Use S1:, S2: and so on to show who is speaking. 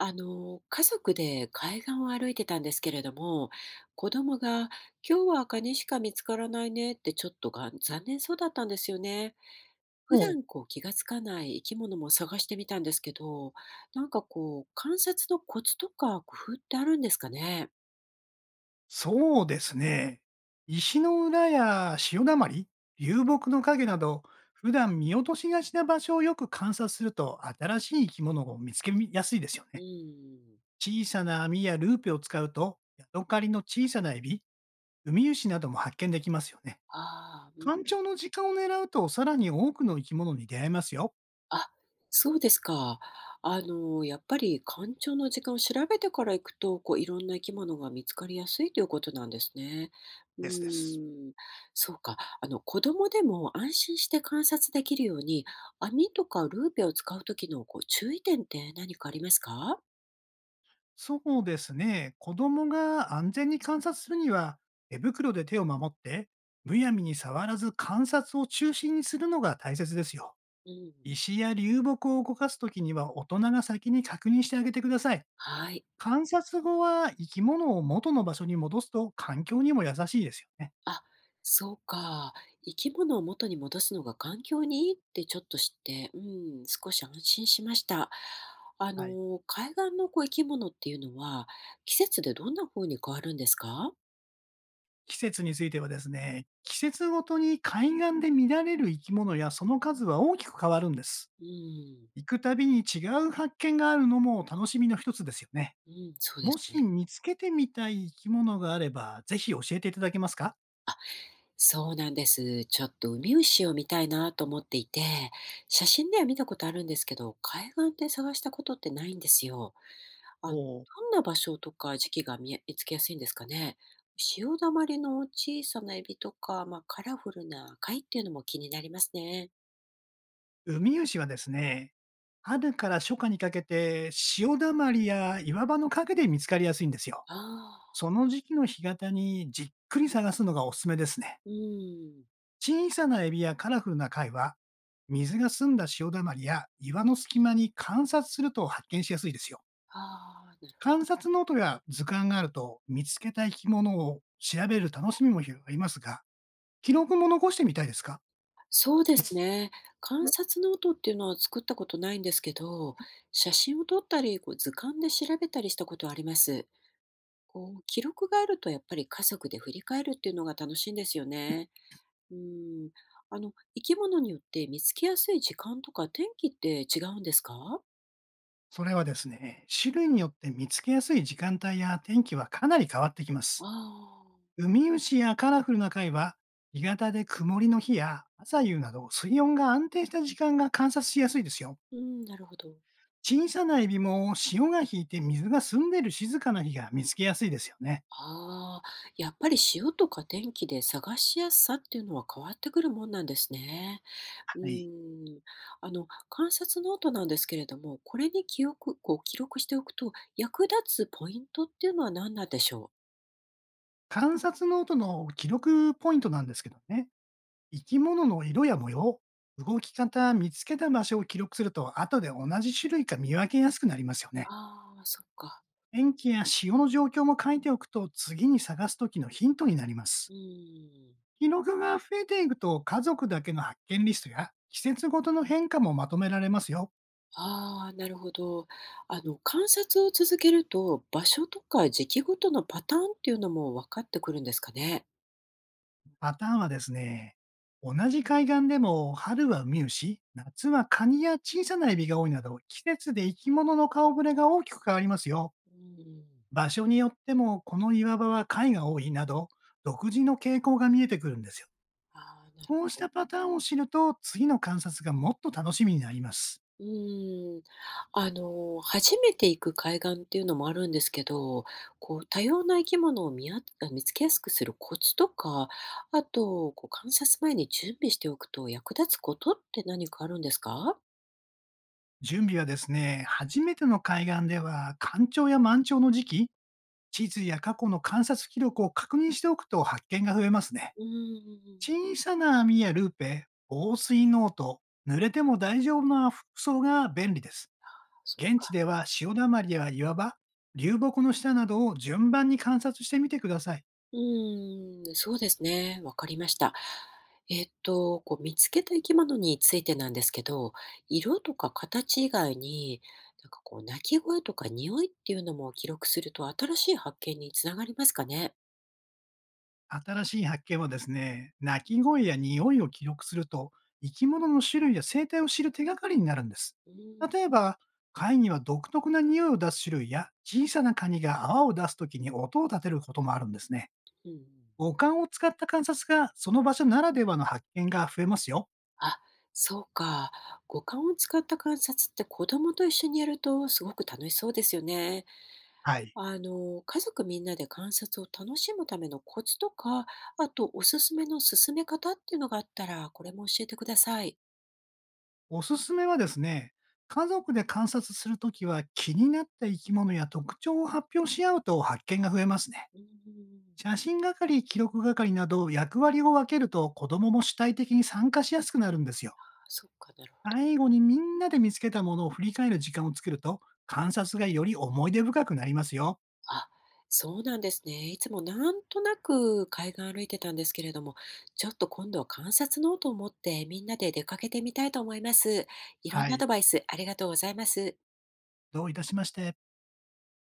S1: 家族で海岸を歩いてたんですけれども、子供が今日はカニしか見つからないねってちょっとが残念そうだったんですよね。
S2: お、
S1: 普
S2: う。
S1: 段こう気がつかない生き物も探してみたんですけど、なんかこう観察のコツとか工夫ってあるんですかね。
S2: そうですね。石の裏や潮だまり、流木の影など、普段見落としがちな場所をよく観察すると、新しい生き物を見つけやすいですよ
S1: う
S2: ね。
S1: ん。
S2: 小さな網やルーペを使うと、ヤドカリの小さなエビ、ウミウシなども発見できますよね。
S1: ああ、うん。
S2: 干潮の時間を狙うと、さらに多くの生き物に出会えますよ。
S1: あ、そうですか。やっぱり干潮の時間を調べてから行くと、こういろんな生き物が見つかりやすいということなんですね。うー
S2: ですです。
S1: ん、そうか。子供でも安心して観察できるように、網とかルーペを使う時のこう注意点って何かありますか？
S2: そうですね。子供が安全に観察するには、手袋で手を守って、むやみに触らず観察を中心にするのが大切ですよ。
S1: うん。
S2: 石や流木を動かすときには大人が先に確認してあげてください。
S1: はい。
S2: 観察後は生き物を元の場所に戻すと環境にも優しいですよね。
S1: あ、そうか。生き物を元に戻すのが環境にいいってちょっと知って、うん、少し安心しました。
S2: はい。
S1: 海岸のこう生き物っていうのは、季節でどんな風に変わるんですか。
S2: 季節についてはですね、季節ごとに海岸で見られる生き物やその数は大きく変わるんです。
S1: うん、
S2: 行くたびに違う発見があるのも楽しみの一つですよね。
S1: うん、そうで
S2: も
S1: す
S2: し
S1: ね。
S2: 見つけてみたい生き物があれば、ぜひ教えていただけますか？
S1: そうなんです。ちょっとウミウシを見たいなと思っていて、写真では見たことあるんですけど、海岸で探したことってないんですよ。
S2: お。
S1: どんな場所とか時期が見え見つけやすいんですかね？潮だまりの小さなエビとか、まあ、カラフルな貝っていうのも気になりますね。
S2: ウミウシはですね、春から初夏にかけて潮だまりや岩場の陰で見つかりやすいんですよ。
S1: あ
S2: そ
S1: あ、
S2: の時期の干潟にじっくり探すのがおすすめですね。
S1: うん。
S2: 小さなエビやカラフルな貝は、水が澄んだ潮だまりや岩の隙間に観察すると発見しやすいですよ。
S1: ああ、なるほど。
S2: 観察ノートや図鑑があると見つけた生き物を調べる楽しみも広がりますが、記録も残してみたいですか？
S1: そうですね。観察ノートっていうのは作ったことないんですけど、写真を撮ったり、こう図鑑で調べたりしたことはあります。こう記録があるとやっぱり家族で振り返るっていうのが楽しいんですよね。うん。生き物によって見つけやすい時間とか天気って違うんですか？
S2: それはですね、種類によって見つけやすい時間帯や天気はかなり変わってきま
S1: あ
S2: す。
S1: あ。
S2: ウミウシやカラフルな貝は、日型で曇りの日や朝夕など水温が安定した時間が観察しやすいですよ。
S1: うん、なるほど。
S2: 小さなエビも潮が引いて水が澄んでる静かな日が見つけやすいですよね。
S1: ああ、やっぱり潮とか天気で探しやすさっていうのは変わってくるもんなんですね。うー
S2: はい。
S1: ん。観察ノートなんですけれども、これに記憶こう記録しておくと、役立つポイントっていうのは何なんでしょう？
S2: 観察ノートの記録ポイントなんですけどね。生き物の色や模様、動き方、見つけた場所を記録すると、後で同じ種類か見分けやすくなりますよね。
S1: ああ、そっか。
S2: 天気や潮の状況も書いておくと、次に探す時のヒントになりま
S1: う
S2: す。
S1: ーん。
S2: 記録が増えていくと、家族だけの発見リストや、季節ごとの変化もまとめられますよ。
S1: ああ、なるほど。観察を続けると、場所とか時期ごとのパターンっていうのも分かってくるんですかね。
S2: パターンはですね、同じ海岸でも、春はウミウシ、夏はカニや小さなエビが多いなど、季節で生き物の顔ぶれが大きく変わりますよ。
S1: うん、
S2: 場所によっても、この岩場は貝が多いなど、独自の傾向が見えてくるんですよ。
S1: ああ、なるほ
S2: こうした
S1: ど。
S2: パターンを知ると、次の観察がもっと楽しみになります。
S1: うん。初めて行く海岸っていうのもあるんですけど、こう、多様な生き物を見あ見つけやすくするコツとか、あと、こう、観察前に準備しておくと役立つことって何かあるんですか。
S2: 準備はですね、初めての海岸では、干潮や満潮の時期、地図や過去の観察記録を確認しておくと発見が増えますね。
S1: うん。
S2: 小さな網やルーペ、防水ノート、濡れても大丈夫な服装が便利です。
S1: そっ
S2: 現地
S1: か。
S2: では潮だまりや岩場、流木の下などを順番に観察してみてください。
S1: うーん、そうですね。わかりました。こう見つけた生き物についてなんですけど、色とか形以外に、なんかこう鳴き声とか匂いっていうのも記録すると新しい発見につながりますかね。
S2: 新しい発見はですね、鳴き声や匂いを記録すると、生き物の種類や生態を知る手がかりになるんです。
S1: うん、
S2: 例えば、貝には独特な匂いを出す種類や、小さなカニが泡を出すときに音を立てることもあるんですね。
S1: うんうん。
S2: 五感を使った観察が、その場所ならではの発見が増えますよ。
S1: あ、そうか。五感を使った観察って子供と一緒にやるとすごく楽しそうですよね。
S2: はい。
S1: 家族みんなで観察を楽しむためのコツとか、あとおすすめの進め方っていうのがあったら、これも教えてください。
S2: おすすめはですね、家族で観察するときは気になった生き物や特徴を発表し合うと発見が増えますね。
S1: うーん、
S2: 写真係、記録係など役割を分けると子供も主体的に参加しやすくなるんですよ。
S1: あそっか、なるほど。
S2: 最後にみんなで見つけたものを振り返る時間を作ると、観察がより思い出深くなりますよ。
S1: あ、そうなんですね。いつもなんとなく海岸歩いてたんですけれども、ちょっと今度は観察ノートを持ってみんなで出かけてみたいと思います。いろん
S2: は
S1: なア
S2: い。
S1: ドバイスありがとうございます。
S2: どういたしまして。